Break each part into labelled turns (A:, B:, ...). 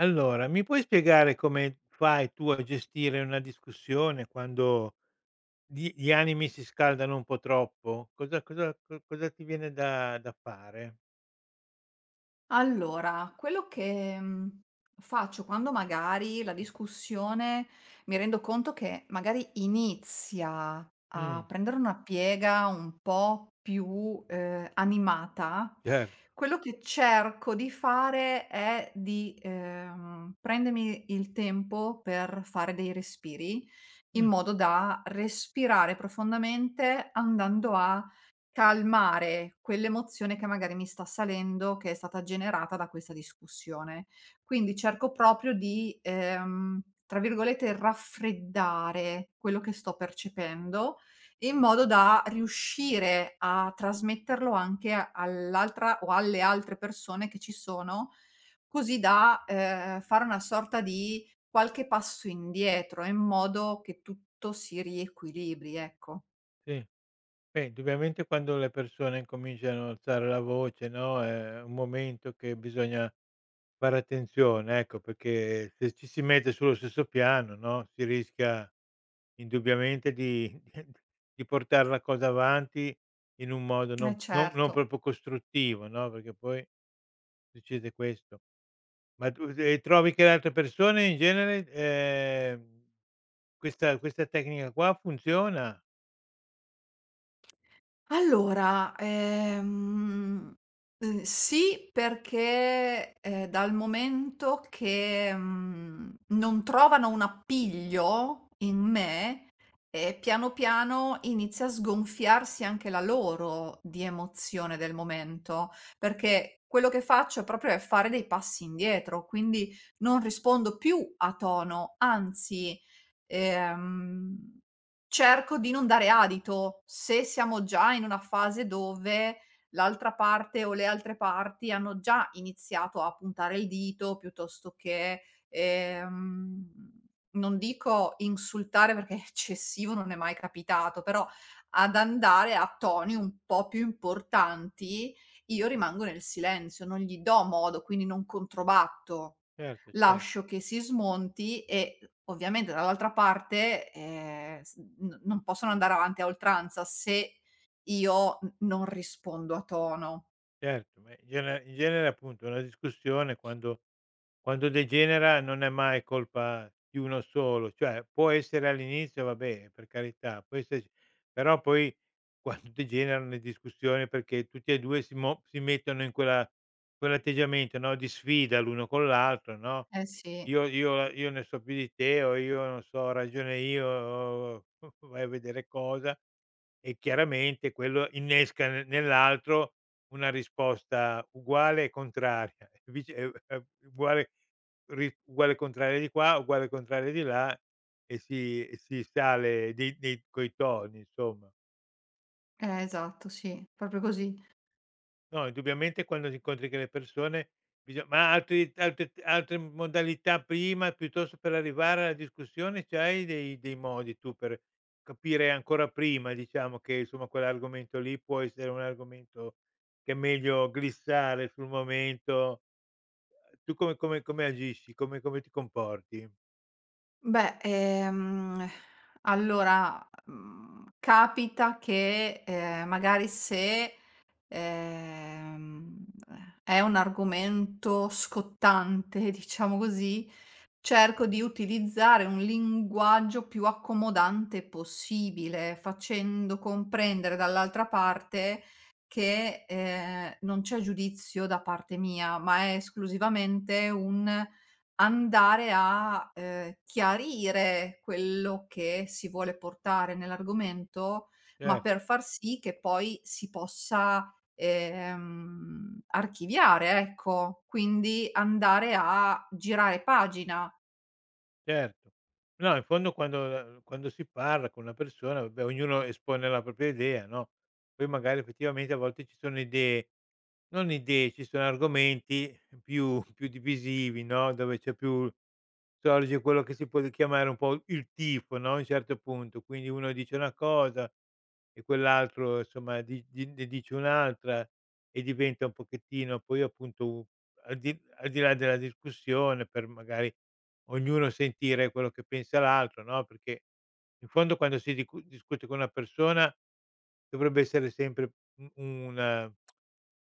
A: Allora, mi puoi spiegare come fai tu a gestire una discussione quando gli animi si scaldano un po' troppo? Cosa ti viene da fare?
B: Allora, quello che, faccio quando magari la discussione mi rendo conto che magari inizia a
A: Mh,
B: prendere una piega un po' più, animata,
A: certo.
B: quello che cerco di fare è di, prendermi il tempo per fare dei respiri, in
A: Mh,
B: modo da respirare profondamente andando a calmare quell'emozione che magari mi sta salendo, che è stata generata da questa discussione. Quindi cerco proprio di, tra virgolette, "raffreddare" quello che sto percependo, in modo da riuscire a trasmetterlo anche all'altra o alle altre persone che ci sono, così da, fare una sorta di qualche passo indietro, in modo che tutto si riequilibri, ecco.
A: sì. Beh, indubbiamente quando le persone cominciano ad alzare la voce, no, è un momento che bisogna fare attenzione, ecco, perché se ci si mette sullo stesso piano, no, si rischia indubbiamente di di portare la cosa avanti in un modo non
B: Eh
A: non non
B: certo.
A: proprio costruttivo, no, perché poi succede questo. Ma tu e trovi che le altre persone in genere, questa tecnica qua funziona?
B: Allora, sì, perché, dal momento che, non trovano un appiglio in me, piano piano inizia a sgonfiarsi anche la loro di emozione del momento, perché quello che faccio proprio è fare dei passi indietro, quindi non rispondo più a tono, anzi Ehm, Cerco di non dare adito, se siamo già in una fase dove l'altra parte o le altre parti hanno già iniziato a puntare il dito piuttosto che, ehm, non dico insultare perché eccessivo non è mai capitato, però ad andare a toni un po' più importanti, io rimango nel silenzio, non gli do modo, quindi non controbatto.
A: Certo, cer
B: Lascio che si smonti e ovviamente dall'altra parte, s n non possono andare avanti a oltranza se io n non rispondo a tono.
A: Certo, ma in genere appunto una discussione quando degenera non è mai colpa di uno solo, cioè può essere all'inizio vabbè, per carità, può esserci però poi quando degenerano le discussioni perché tutti e 2 si mettono in quella quell'atteggiamento, no, di sfida l'uno con l'altro, no:
B: Eh sì,
A: "Io io ne so più di te" o "Io non so, ho ragione io", o vai a vedere cosa. E chiaramente quello innesca ne nell'altro una risposta uguale e contraria, e vice e uguale ri uguale e contraria di qua, uguale e contraria di là e si sale dei coi toni insomma.
B: esatto, sì, proprio così.
A: No, indubbiamente quando ti incontri con le persone bisog ma altri altre altre modalità prima, piuttosto per arrivare alla discussione, c'hai dei modi tu per capire ancora prima, diciamo, che insomma quell'argomento lì può essere un argomento che è meglio glissare sul momento. Tu come come agisci? Come ti comporti?
B: Beh, allora, capita che, magari se Ehm, è un argomento scottante, diciamo così, cerco di utilizzare un linguaggio più accomodante possibile, facendo comprendere dall'altra parte che, non c'è giudizio da parte mia, ma è esclusivamente un andare a, chiarire quello che si vuole portare nell'argomento,
A: Eh.
B: ma per far sì che poi si possa archiviare, ecco. Quindi andare a girare pagina.
A: Certo. No, in fondo quando si parla con una persona, vabbè, ognuno espone la propria idea, no, poi magari effettivamente a volte ci sono idee non idee, ci sono argomenti più più divisivi, no, dove c'è più sorge quello che si può chiamare un po' il tifo, no, a un certo punto. Quindi uno dice una cosa e quell'altro insomma di ne dice un'altra e diventa un pochettino poi appunto al di là della discussione per magari ognuno sentire quello che pensa l'altro, no, perché in fondo quando si dicu discute con una persona dovrebbe essere sempre u un una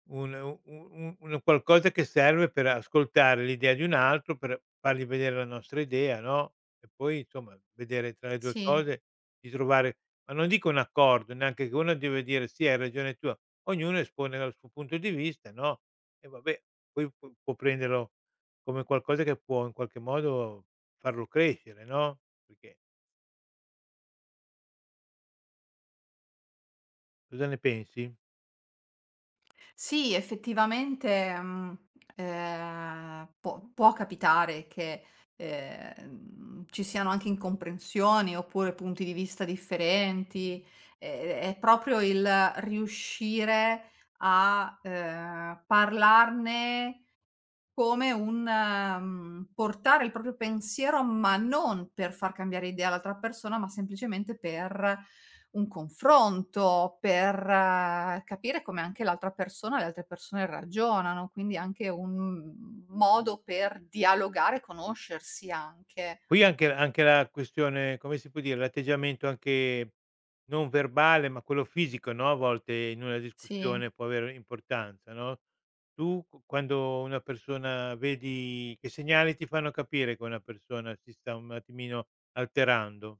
A: un u u un qualcosa che serve per ascoltare l'idea di un altro, per fargli vedere la nostra idea, no, e poi insomma vedere tra le 2
B: Sì.
A: cose di trovare ma non dico un accordo, neanche che uno deve dire: "Sì, hai ragione tu", ognuno espone dal suo punto di vista, no, e vabbè poi può prenderlo come qualcosa che può in qualche modo farlo crescere, no, perché cosa ne pensi?
B: Sì, effettivamente, può capitare che, ci siano anche incomprensioni oppure punti di vista differenti. È proprio il riuscire a, parlarne, come un, portare il proprio pensiero, ma non per far cambiare idea all'altra persona, ma semplicemente per un confronto, per capire come anche l'altra persona le altre persone ragionano, quindi anche un modo per dialogare, conoscersi anche.
A: Qui anche la questione come si può dire, l'atteggiamento anche non verbale, ma quello fisico, no, a volte in una discussione
B: Sì.
A: può avere importanza, no, tu q quando una persona vedi che segnali ti fanno capire che una persona si sta un attimino alterando?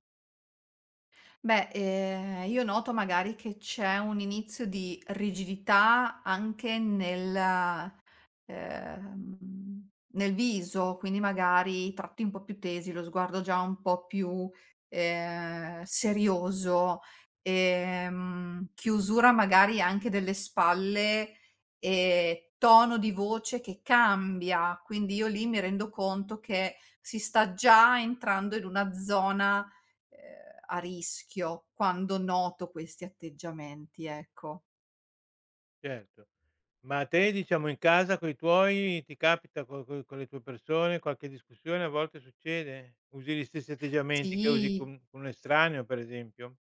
B: Beh, io noto magari che c'è un inizio di rigidità anche ehm, nel viso, quindi magari i tratti un po' più tesi, lo sguardo già un po' più, serioso, chiusura magari anche delle spalle e tono di voce che cambia. Quindi io lì mi rendo conto che si sta già entrando in una zona a rischio quando noto questi atteggiamenti, ecco.
A: Certo. Ma a te diciamo in casa coi tuoi ti capita co co con le tue persone qualche discussione a volte succede? Usi gli stessi atteggiamenti che usi
B: Sì.
A: con un estraneo per esempio?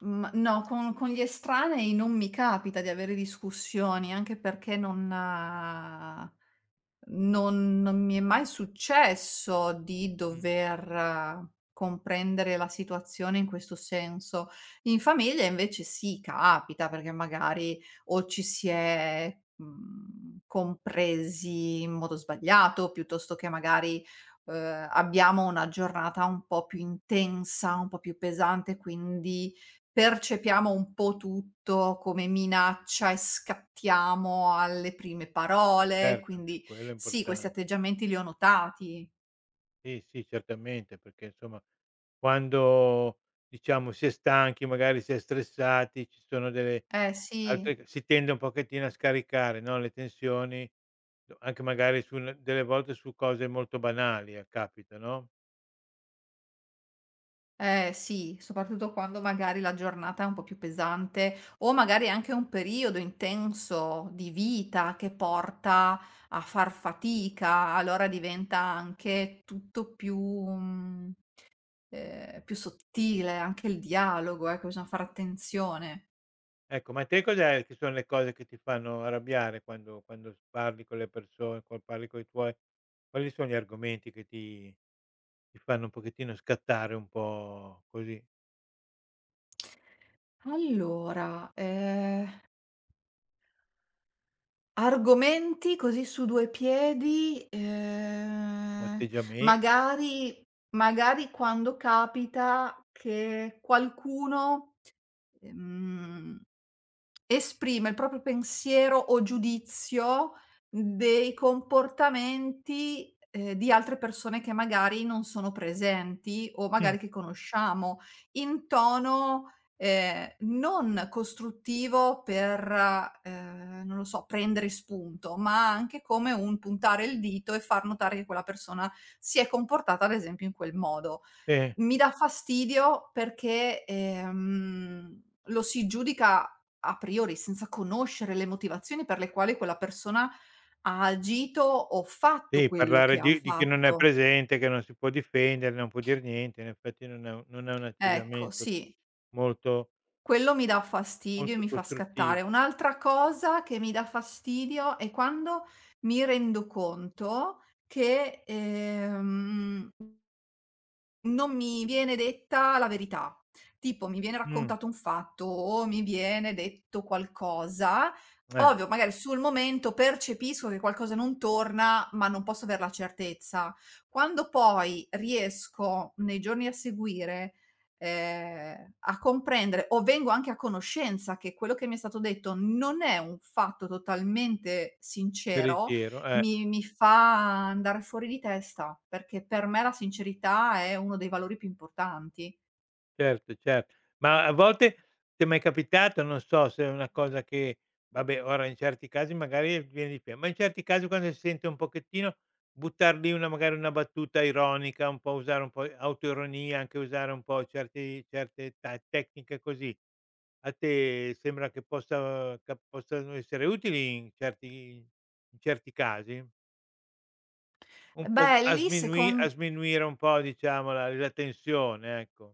B: Mhmm, no, con gli estranei non mi capita di avere discussioni, anche perché non non mi è mai successo di
A: Mh.
B: dover comprendere la situazione in questo senso. In famiglia invece sì, capita perché magari o ci si è, compresi in modo sbagliato, piuttosto che magari, abbiamo una giornata un po' più intensa, un po' più pesante, quindi percepiamo un po' tutto come minaccia e scattiamo alle prime parole,
A: Certo, anche
B: quindi
A: quello è
B: sì, questi
A: importan
B: atteggiamenti li ho notati.
A: sì, sì, certamente, perché insomma quando, diciamo, si è stanchi, magari si è stressati, ci sono delle
B: Eh sì,
A: altre si tende un pochettino a scaricare, no, le tensioni, d anche magari su n delle volte su cose molto banali, capita, no.
B: eh sì, soprattutto quando magari la giornata è un po' più pesante o magari è anche un periodo intenso di vita che porta a far fatica, allora diventa anche tutto più, più sottile, anche il dialogo, ecco, bisogna fare attenzione.
A: Ecco, ma te cos'è che sono le cose che ti fanno arrabbiare quando quando s parli con le persone, quan parli coi tuoi? Quali sono gli argomenti che ti fanno un pochettino scattare un po' così,
B: Allora, argomenti così su due piedi,
A: un atteggiamen
B: magari magari quando capita che qualcuno, ehm esprime il proprio pensiero o giudizio dei comportamenti, di altre persone che magari non sono presenti o
A: Mh,
B: magari che conosciamo, in tono, non costruttivo per, non lo so, prendere spunto, ma anche come un puntare il dito e far notare che quella persona si è comportata, ad esempio, in quel modo.
A: sì,
B: Mi dà fastidio perché, lo si giudica a priori, senza conoscere le motivazioni per le quali quella persona ha agito o fatto
A: sì,
B: quello
A: parlare
B: che ha
A: di chi non è
B: fatto.
A: presente, che non si può difendere, non può dir niente, in effetti non è un
B: Ecco,
A: atteggiamento
B: sì,
A: molto
B: quello mi dà fastidio e
A: molto
B: mi fa
A: costruttivo.
B: scattare. Un'altra cosa che mi dà fastidio è quando mi rendo conto che, non mi viene detta la verità. Tipo mi viene
A: Mh,
B: raccontato un fatto o mi viene detto qualcosa.
A: eh,
B: Ovvio, magari sul momento percepisco che qualcosa non torna, ma non posso aver la certezza. Quando poi riesco nei giorni a seguire, a comprendere o vengo anche a conoscenza che quello che mi è stato detto non è un fatto totalmente sincero,
A: veritiero, eh.
B: mi fa andare fuori di testa, perché per me la sincerità è uno dei valori più importanti.
A: Certo, cer Ma a volte ti è mai capitato, non so se è una cosa che vabbè ora in certi casi magari viene di più, ma in certi casi quando si sente un pochettino, buttar lì una magari una battuta ironica, un po' usare un po' autoironia, anche usare un po' certi certe ta tecniche così, a te sembra che possa che possano essere utili in certi casi? Un po' s
B: Beh,
A: a
B: lì
A: sminui
B: secon
A: a sminuire un po' diciamo la tensione, ecco.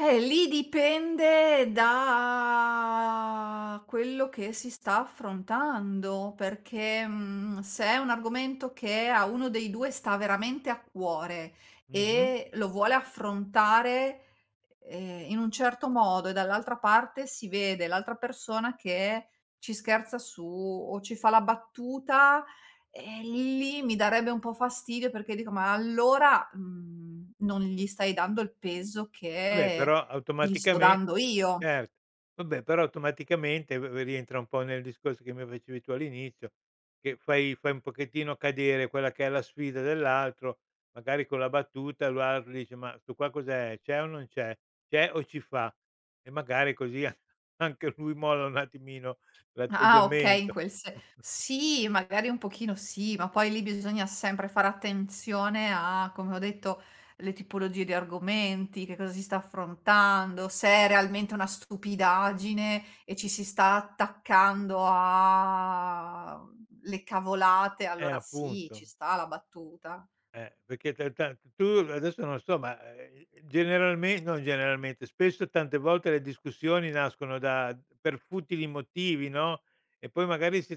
B: Lì dipende da quello che si sta affrontando, perché, se è un argomento che a uno dei 2 sta veramente a cuore
A: Mh-mh.
B: e lo vuole affrontare, in un certo modo e dall'altra parte si vede l'altra persona che ci scherza su o ci fa la battuta, lì mi darebbe un po' fastidio perché dico: "Ma allora, non gli stai dando il peso
A: Vabbè,
B: che
A: però
B: gli sto
A: automaticame
B: dando io".
A: certo. Vabbè, però automaticamente v v rientra un po' nel discorso che mi facevi tu all'inizio, che fai un pochettino cadere quella che è la sfida dell'altro, magari con la battuta l'altro dice: "Ma sto qua cos'è? C'è o non c'è? C'è o ci fa?" E magari così a anche lui molla un attimino
B: Ah, okay, in
A: l'atteggiamento.
B: quel se sì, magari un pochino sì, ma poi lì bisogna sempre fare attenzione a, come ho detto, le tipologie di argomenti, che cosa si sta affrontando, se è realmente una stupidaggine e ci si sta attaccando a le cavolate, allora sì, ci
A: Appunto.
B: sta la battuta.
A: Perché t ta tu adesso non so, ma, generalme non generalmente, spesso tante volte le discussioni nascono da per futili motivi, no, e poi magari si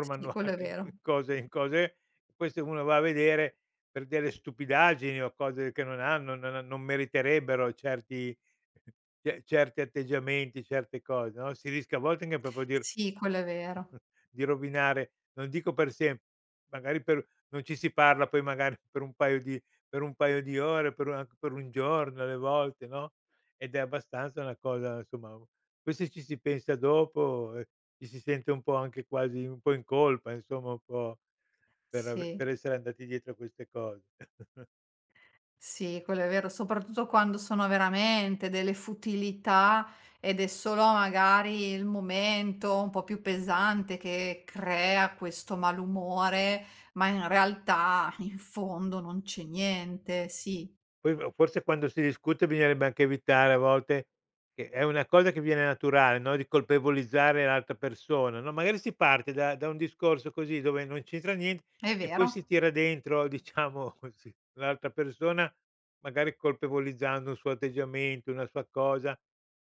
B: Sì, quello è
A: anche
B: vero.
A: in cose poi se uno va a vedere per delle stupidaggini o cose che non hanno non meriterebbero certi ce certi atteggiamenti, certe cose, no, si rischia a volte anche proprio dir
B: Sì, quello è vero.
A: di rovinare, non dico per sempre, magari per non ci si parla poi magari per un paio di ore, per un, anche per 1 giorno alle volte, no, ed è abbastanza una cosa insomma poi se ci si pensa dopo, ci si sente un po' anche quasi un po' in colpa, insomma un po'
B: Sì,
A: per essere andati dietro a queste cose.
B: sì, quello è vero, soprattutto quando sono veramente delle futilità ed è solo magari il momento un po' più pesante che crea questo malumore, ma in realtà in fondo non c'è niente. Sì,
A: Poi v forse quando si discute bisognerebbe anche evitare a volte che è una cosa che viene naturale, no, di colpevolizzare l'altra persona, no, magari si parte da un discorso così dove non c'entra niente
B: è
A: e poi si
B: vero.
A: tira dentro diciamo così l'altra persona, magari colpevolizzando un suo atteggiamento, una sua cosa,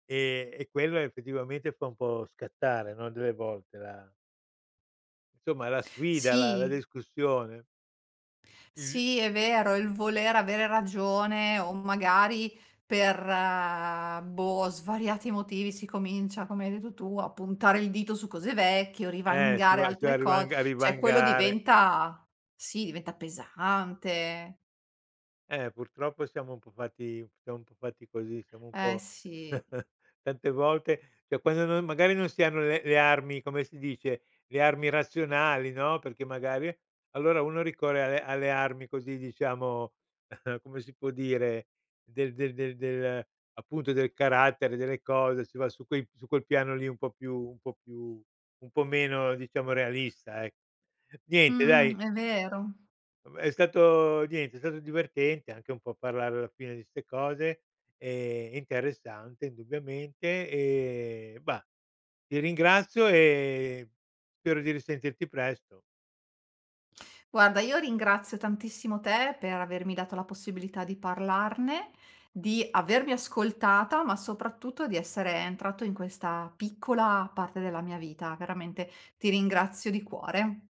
A: e quello effettivamente fa un po' scattare, no, delle volte la insomma la sfida, la
B: Sì.
A: discussione. Il
B: Sì, è vero, il voler avere ragione o magari per, boh, svariati motivi si comincia, come hai detto tu, a puntare il dito su cose vecchie o rivangare
A: si va a
B: altre cose, cioè quello
A: rivangare.
B: diventa, sì, diventa pesante.
A: Purtroppo siamo un po' fatti così, siamo un
B: Eh
A: po'
B: sì.
A: tante volte cioè quando non magari non si hanno le armi, come si dice, le armi razionali, no, perché magari allora uno ricorre alle armi così diciamo, come si può dire, del appunto del carattere, delle cose, si va su quei su quel piano lì un po' più un po' meno diciamo realista, ecco. Niente dai.
B: Mh-mh, è vero.
A: Vabbè, è stato niente, è stato divertente anche un po' parlare alla fine di 'ste cose, interessante indubbiamente, e bah, ti ringrazio e spero di risentirti presto.
B: Guarda, io ringrazio tantissimo te per avermi dato la possibilità di parlarne, di avermi ascoltata, ma soprattutto di essere entrato in questa piccola parte della mia vita. Veramente ti ringrazio di cuore.